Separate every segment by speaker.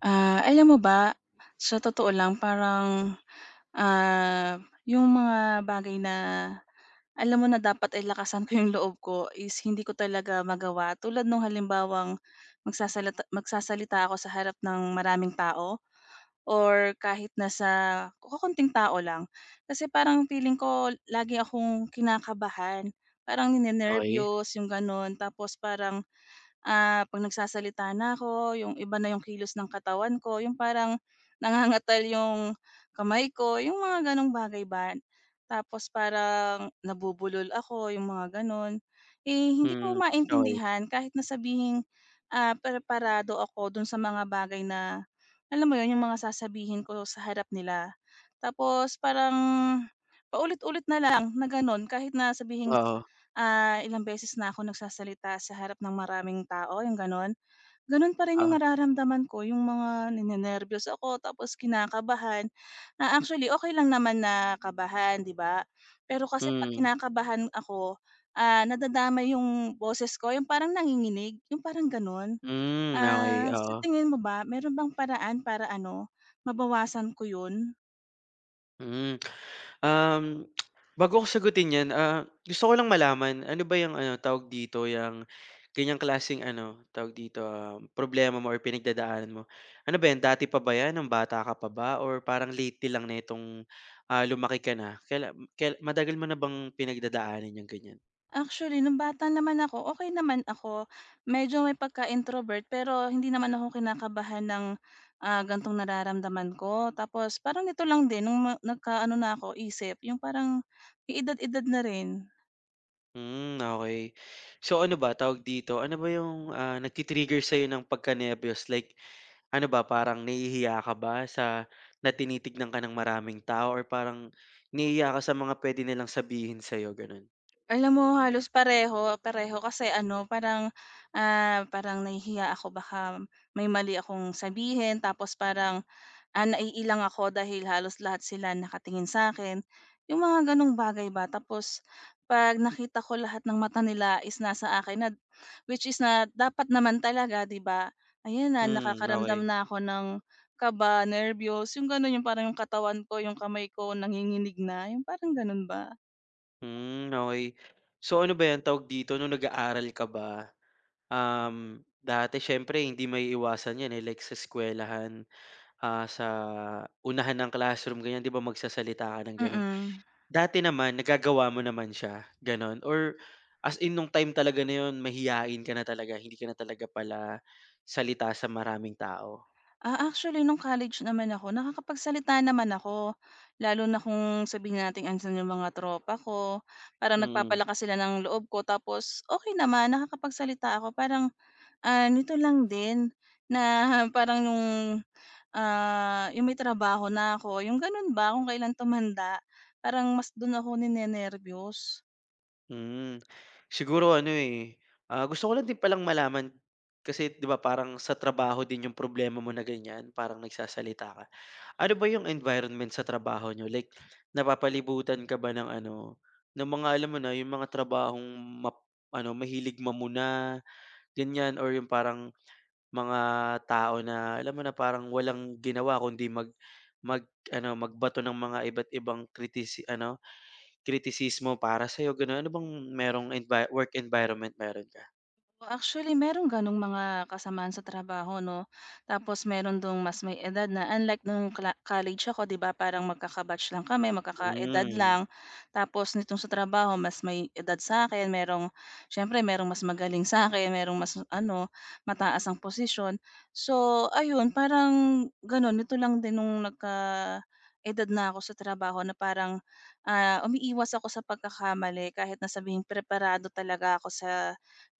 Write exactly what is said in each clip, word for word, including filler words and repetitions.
Speaker 1: Ah, alam mo ba, sa totoo lang parang, ah, yung mga bagay na alam mo na dapat ay lakasan ko yung loob ko is hindi ko talaga magawa. Tulad nung halimbawang magsasalata magsasalita ako sa harap ng maraming tao or kahit nasa kokonting tao lang. Kasi parang feeling ko lagi akong kinakabahan, parang
Speaker 2: Okey.
Speaker 1: ninenerbiyos yung gano'n tapos parang ah, 'pag nagsasalita na ako, yung iba na yung kilos ng katawan ko, yung parang nangangatal yung kamay ko, yung mga gano'ng bagay ba. Tapos parang nabubulol ako, yung mga gano'n. Eh, hindi ko
Speaker 2: Mm. Okey.
Speaker 1: maintindihan kahit na sabihing, ah, preparado ako dun sa mga bagay na alam mo 'yun, yung mga sasabihin ko sa harap nila. Tapos parang paulit-ulit na lang na gano'n kahit na sabihing
Speaker 2: Oo.
Speaker 1: Ah, ilang beses na ako nagsasalita sa harap ng maraming tao, yung gano'n. Gano'n pa rin yung
Speaker 2: Oo.
Speaker 1: nararamdaman ko, yung mga ninenerbiyos ako tapos kinakabahan. Ah, actually okay lang naman na kabahan, 'di ba? Pero kasi 'pag
Speaker 2: Mm.
Speaker 1: kinakabahan ako, ah, nadadamay yung boses ko, yung parang nanginginig, yung parang gano'n.
Speaker 2: Hmm. Okey.
Speaker 1: Ah, sa
Speaker 2: Oo.
Speaker 1: tingin mo ba meron bang paraan para ano, mabawasan ko yun?
Speaker 2: Hmm. Um, Bago ko sagutin 'yan, ah, gusto ko lang malaman ano ba 'yang ano, tawag dito, 'yang ganyang klaseng ano, tawag dito, um, problema mo or pinagdadaanan mo, ano ba 'yan, dati pa ba 'yan, nung bata ka pa ba or parang lately lang nitong, ah, lumaki ka na, kaila kail matagal mo na bang pinagdadaanan 'yang ganyan?
Speaker 1: Actually, nung bata naman ako, okey naman ako. Medyo may pagka-introvert pero hindi naman ako kinakabahan ng, ah, ganitong nararamdaman ko. Tapos parang nito lang din nung ma nagkaano na ako isip, yung parang may edad-edad na rin.
Speaker 2: Hmm. Okay. So ano ba, tawag dito, ano ba yung, ah, nagti-trigger sa'yo ng pagka-nerbiyos? Like ano ba, parang nahihiya ka ba sa na tinitignan ka ng maraming tao or parang nahihiya ka sa mga puwede nilang sabihin sa'yo, gano'n?
Speaker 1: Alam mo halos pareho, pareho kasi ano parang, ah, parang nahihiya ako baka may mali akong sabihin tapos parang, Ah, naiilang ako dahil halos lahat sila nakatingin sa akin yung mga gano'ng bagay ba. Tapos 'pag nakita ko lahat ng mata nila is nasa akin na, which is na dapat naman talaga 'di ba, ayan na
Speaker 2: Hmm.
Speaker 1: nakakaramdam
Speaker 2: Okay.
Speaker 1: na ako ng kaba, nerbiyos, yung gano'n, yung parang yung katawan ko, yung kamay ko nanginginig na, yung parang gano'n ba.
Speaker 2: Hmm. Okay. So ano ba 'yan, tawag dito, nung nag-aaral ka ba, um, dati siyempre hindi maiiwasan 'yan, eh, like sa eskuwelahan, ah, sa unahan ng classroom, ganyan, 'di ba magsasalita ka ng gano'n?
Speaker 1: Mm.
Speaker 2: Dati naman nagagawa mo naman siya, gano'n? Or as in nung time talaga na 'yun mahiyain ka na talaga, hindi ka na talaga pala salita sa maraming tao?
Speaker 1: Ah, actually nung college naman ako nakakapagsalita naman ako. Lalo na kung sabihin natin andyan yung mga tropa ko, parang
Speaker 2: Mm.
Speaker 1: nagpapalakas sila ng loob ko tapos okay naman nakakapagsalita ako parang, ah, nito lang din na parang yung, ah, yung may trabaho na ako yung ganun ba kung kailan tumanda, parang mas dun ako ninenerbiyos.
Speaker 2: Hmm. Siguro ano, eh, ah, gusto ko lang din palang malaman kasi 'di ba parang sa trabaho din yung problema mo na ganiyan, parang nagsasalita ka. Ano ba yung environment sa trabaho niyo? Like napapalibutan ka ba ng ano, ng mga alam mo na, yung mga trabahong map ano, mahilig mamuna, ganiyan or yung parang mga tao na alam mo na parang walang ginawa kundi mag mag-ano, magbato ng mga iba't ibang kritisi ano, kritisismo para sa sa'yo, gano'n. Ano bang merong envi work environment meron ka?
Speaker 1: Well, actually, meron gano'ng mga kasamaan sa trabaho 'no. Tapos meron dong mas may edad na unlike nung cla college ako 'di ba parang magkaka lang kami, magkakaedad
Speaker 2: Hmm.
Speaker 1: lang. Tapos nitong sa trabaho mas may edad sa sa'kin, merong siyempre merong mas magaling sa sa'kin, merong mas ano, mataas ang posisyon. So ayun, parang gano'n, nito lang din nung nagkaedad na ako sa trabaho na parang, ah, umiiwas ako sa pagkakamali kahit na sabihing preparado talaga ako sa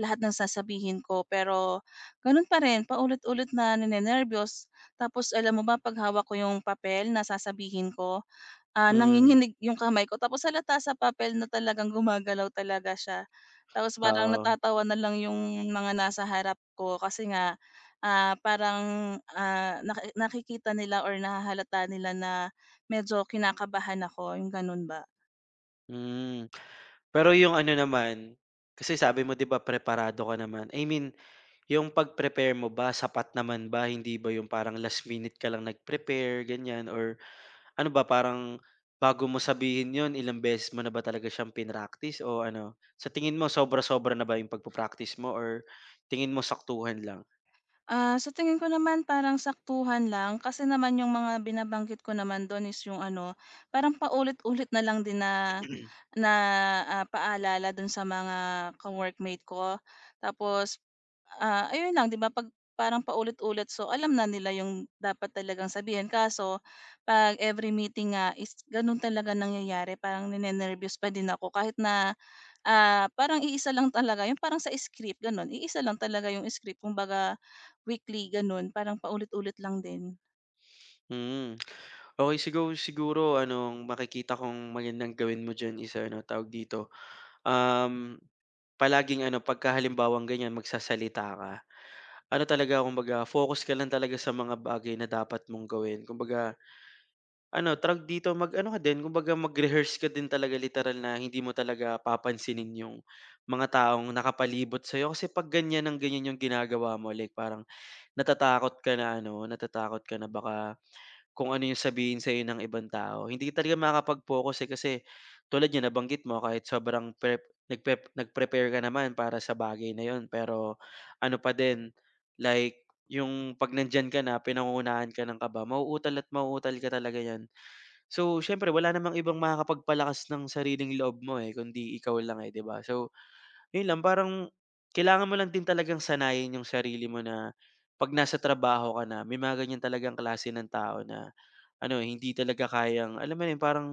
Speaker 1: lahat ng sasabihin ko pero gano'n pa rin paulit-ulit na ninenerbiyos. Tapos alam mo ba 'pag hawak ko yung papel na sasabihin ko, ah,
Speaker 2: Hmm.
Speaker 1: nanginginig yung kamay ko tapos halata sa papel na talagang gumagalaw talaga siya. Tapos parang
Speaker 2: Oo.
Speaker 1: natatawa na lang yung mga nasa harap ko kasi nga, ah, parang, ah, naki nakikita nila or nahahalata nila na medyo kinakabahan ako, yung gano'n ba.
Speaker 2: Hmm. Pero yung ano naman, kasi sabi mo 'di ba preparado ka naman. I mean, yung pag-prepare mo ba, sapat naman ba? Hindi ba yung parang last minute ka lang nag-prepare, ganyan or ano ba parang bago mo sabihin yon ilang beses mo na ba talaga siyang prinactice o ano, sa tingin mo sobra-sobra na ba 'yung pagpa mo or tingin mo saktuhan lang?
Speaker 1: Ah, sa tingin ko naman parang saktuhan lang kasi naman yung mga binabanggit ko naman dun is yung ano, parang paulit-ulit na lang din na na, ah, paalala dun sa mga ka-workmate ko. Tapos, ah, ayun lang 'di ba 'pag parang paulit-ulit so alam na nila yung dapat talagang sabihin kaso 'pag every meeting nga is ganun talaga nangyayari parang ninenerbiyos pa din ako kahit na Ah, parang iisa lang talaga yung parang sa script gano'n, iisa lang talaga yung script kumbaga weekly gano'n, parang paulit-ulit lang din.
Speaker 2: Hmm. Okay, siguro siguro ano, ang makikita kong magandang gawin mo diyan is ano, tawag dito, um, palaging ano, pagka halimbawang ganiyan magsasalita ka, ano talaga kumbaga focus ka lang talaga sa mga bagay na dapat mong gawin. Kumbaga ano, tawag dito, mag-ano ka din, kumbaga mag-rehearse ka din talaga literal na hindi mo talaga papansinin yung mga taong nakapalibot sa'yo. Kasi 'pag ganyan ng ganyan yung ginagawa mo, like parang natatakot ka na ano, natatakot ka na baka kung ano yung sabihin sa'yo ng ibang tao. Hindi ka talaga makakapag-focus, eh, kasi tulad niyan nabanggit mo kahit sobrang prep nagprep nag-prepare ka naman para sa bagay na yun, pero ano pa din, like yung 'pag nandiyan ka na, pinangungunahan ka ng kaba, mauutal at mauutal ka talaga niyan. So, siyempre wala namang ibang makakapagpalakas ng sariling loob mo, eh, kundi ikaw lang, eh, 'di ba? So, yun lang parang kailangan mo lang din talagang sanayin yung sarili mo na 'pag nasa trabaho ka na may mga ganyan talagang klase ng tao na ano, eh, hindi talaga kayang alam mo na yun, parang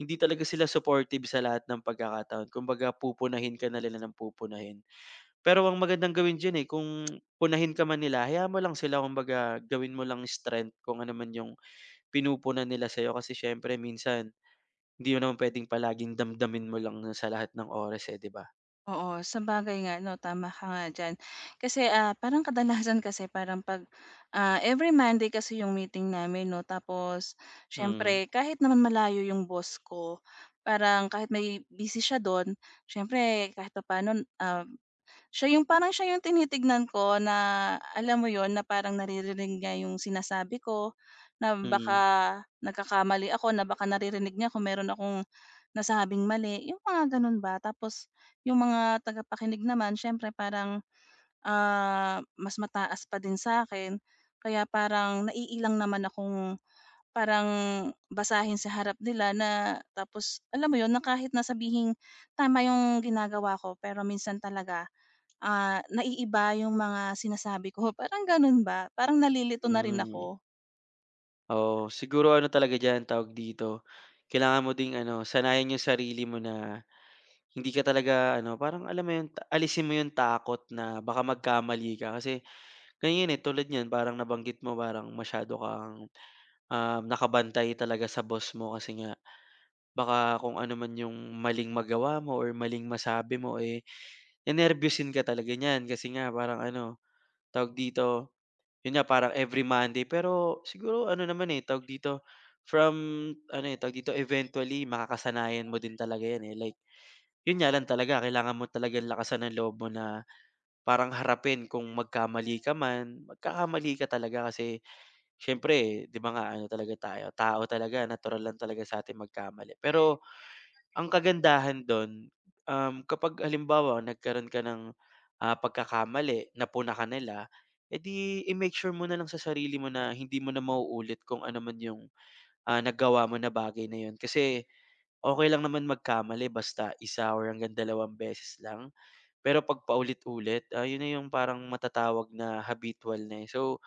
Speaker 2: hindi talaga sila supportive sa lahat ng pagkakataon. Kumbaga pupunahin ka na nila ng pupunahin. Pero ang magandang gawin diyan, eh, kung punahin ka man nila, hayaan mo lang sila kumbaga gawin mo lang strength kung ano man yung pinupunan nila sa'yo kasi siyempre minsan hindi mo naman puwedeng palaging damdamin mo lang sa lahat ng oras, eh, 'di ba?
Speaker 1: Oo, sabagay nga 'no, tama ka nga diyan. Kasi, ah, parang kadalasan kasi parang 'pag, ah, every Monday kasi yung meeting namin 'no, tapos
Speaker 2: Mm.
Speaker 1: siyempre kahit naman malayo yung boss ko, parang kahit may busy siya do'n, siyempre kahit papaano, ah siya yung parang siya yung tinitignan ko na alam mo yon na parang naririnig niya yung sinasabi ko, na baka
Speaker 2: Mm.
Speaker 1: nagkakamali ako, na baka naririnig niya kung meron akong nasabing mali, yung mga ganun ba. Tapos yung mga tagapakinig naman syempre parang, ah, mas mataas pa din sa akin kaya parang naiilang naman akong parang basahin sa harap nila na tapos alam mo yon na kahit na sabihing tama yung ginagawa ko pero minsan talaga Ah, naiiba yung mga sinasabi ko, parang gano'n ba, parang nalilito na rin
Speaker 2: Hmm.
Speaker 1: ako,
Speaker 2: Oo, siguro ano talaga diyan, tawag dito, kailangan mo ding ano, sanayin yung sarili mo na hindi ka talaga ano, parang alam mo yun, ta alisin mo yung takot na baka magkamali ka. Kasi ganyan, eh, tulad niyan parang nabanggit mo parang masyado kang, um, nakabantay talaga sa boss mo kasi nga baka kung ano man yung maling magawa mo or maling masabi mo, eh, nenerbyusin ka talaga niyan kasi nga parang ano tawag dito, yun nga parang every Monday pero siguro ano naman, eh, tawag dito, from ano, eh, tawag dito, eventually makakasanayan mo din talaga yan, eh, like yun nga lang talaga kailangan mo talagang lakasan ng loob mo na parang harapin kung magkamali ka man, magkakamali ka talaga kasi siyempre, 'di ba nga ano talaga tayo, tao talaga, natural lang talaga sa sa'tin magkamali. Pero ang kagandahan don, um, kapag halimbawa nagkaroon ka ng, ah, pagkakamali, napuna ka nila, eh, di i-make sure mo na lang sa sarili mo na hindi mo na mauulit kung ano man yung, ah, nagawa mo na bagay na yun. Kasi okey lang naman magkamali basta isa or hanggang dalawang beses lang. Pero 'pag paulit-ulit, ah, yun na yung parang matatawag na habitual na, eh. So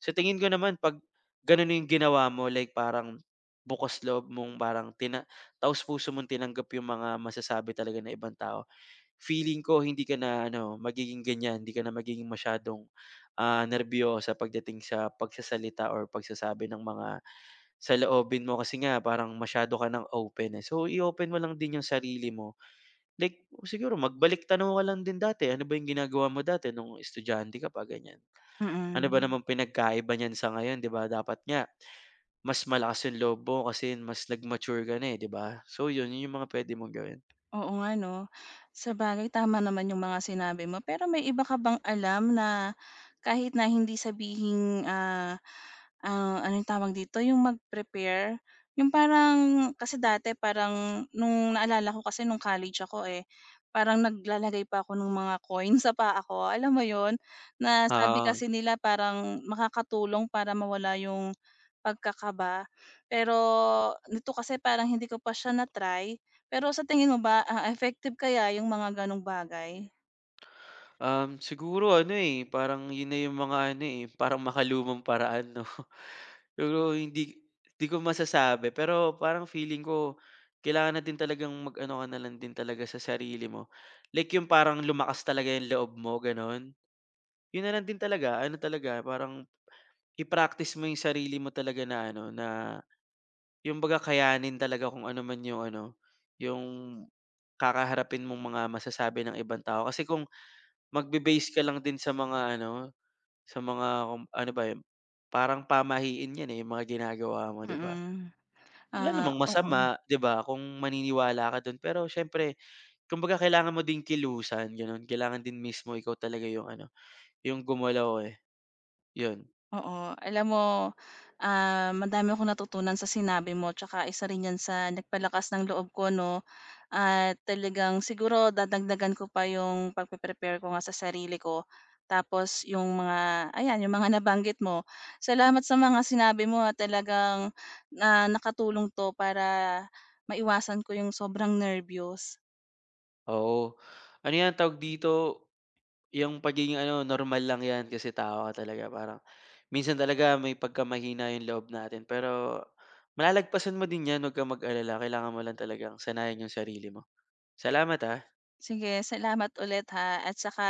Speaker 2: sa tingin ko naman 'pag gano'n 'yung ginawa mo like parang bukas loob mong parang tina taos-puso mong tinanggap 'yung mga masasabi talaga ng ibang tao, feeling ko hindi ka na ano, magiging ganyan hindi ka na magiging masyadong, ah, nerbiyosa pagdating sa pagsasalita or pagsasabi ng mga saloobin mo kasi nga parang masyado ka ng open, eh. So, i-open mo lang din 'yung sarili mo. Like siguro magbalik-tanaw ka lang din dati, ano ba 'yung ginagawa mo dati nung estudyante ka pa, ganiyan. Ano ba
Speaker 1: mm.
Speaker 2: namang pinagkaiba niyan sa ngayon, 'di ba? Dapat nga mas malakas yung loob mo kasi mas nag-mature ka na, eh, 'di ba? So yun, yun yung mga puwede mong gawin.
Speaker 1: Oo nga 'no. Sabagay tama naman yung mga sinabi mo. Pero may iba ka bang alam na kahit na hindi sabihing, ah, ah, anong tawag dito, yung mag-prepare, yung parang kasi dati parang nung naalala ko kasi nung college ako, eh, parang naglalagay pa ako ng mga coin sa paa ko, alam mo yon. Na sabi
Speaker 2: Oo.
Speaker 1: kasi nila parang makakatulong para mawala yung pagkakaba. Pero nito kasi parang hindi ko pa siya na-try. Pero sa tingin mo ba, ah, effective kaya yung mga gano'ng bagay?
Speaker 2: Um, siguro ano, eh, parang yun na yung mga ano, eh, parang makalumang paraan 'no? Pero hindi hindi ko masasabi, pero parang feeling ko kailangan na din talagang mag-ano ka na lang din talaga sa sarili mo. Like yung parang lumakas talaga yung loob mo, gano'n. Yun na lang din talaga, ano talaga, parang i-practice mo yung sarili mo talaga na ano, na yung kumbaga kayanin talaga kung ano man yung ano, yung kakaharapin mong mga masasabi ng ibang tao. Kasi kung magbe-base ka lang din sa mga ano, sa mga kung ano ba yun, parang pamahiin 'yan, eh, yung mga ginagawa mo, 'di ba?
Speaker 1: Mm,
Speaker 2: Wala
Speaker 1: ah,
Speaker 2: namang
Speaker 1: oo,
Speaker 2: masama, 'di ba, kung maniniwala ka do'n. Pero siyempre kumbaga kailangan mo din kilusan, gano'n. Kailangan din mismo ikaw talaga yung ano, yung gumalaw, eh, 'yun.
Speaker 1: oo. Alam mo, ah, madami akong natutunan sa sinabi mo tsaka isa rin 'yan sa nagpalakas ng loob ko 'no, at talagang siguro dadagdagan ko pa yung pagpe-prepare ko nga sa sarili ko. Tapos yung mga ayan, yung mga nabanggit mo. Salamat sa mga sinabi mo at talagang, na nakatulong 'to para maiwasan ko yung sobrang nerbiyos.
Speaker 2: Oo, ano 'yan, tawag dito, yung pagiging ano, normal lang 'yan kasi tao ka talaga. Parang minsan talaga may pagkamahina yung loob natin pero malalagpasan mo din yan, 'wag kang mag-alala kailangan mo lang talagang sanayan yung sarili mo. Salamat, ah,
Speaker 1: Sige, salamat ulit ha at saka,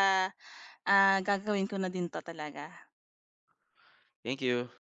Speaker 1: ah, gagawin ko na din 'to talaga.
Speaker 2: thank you.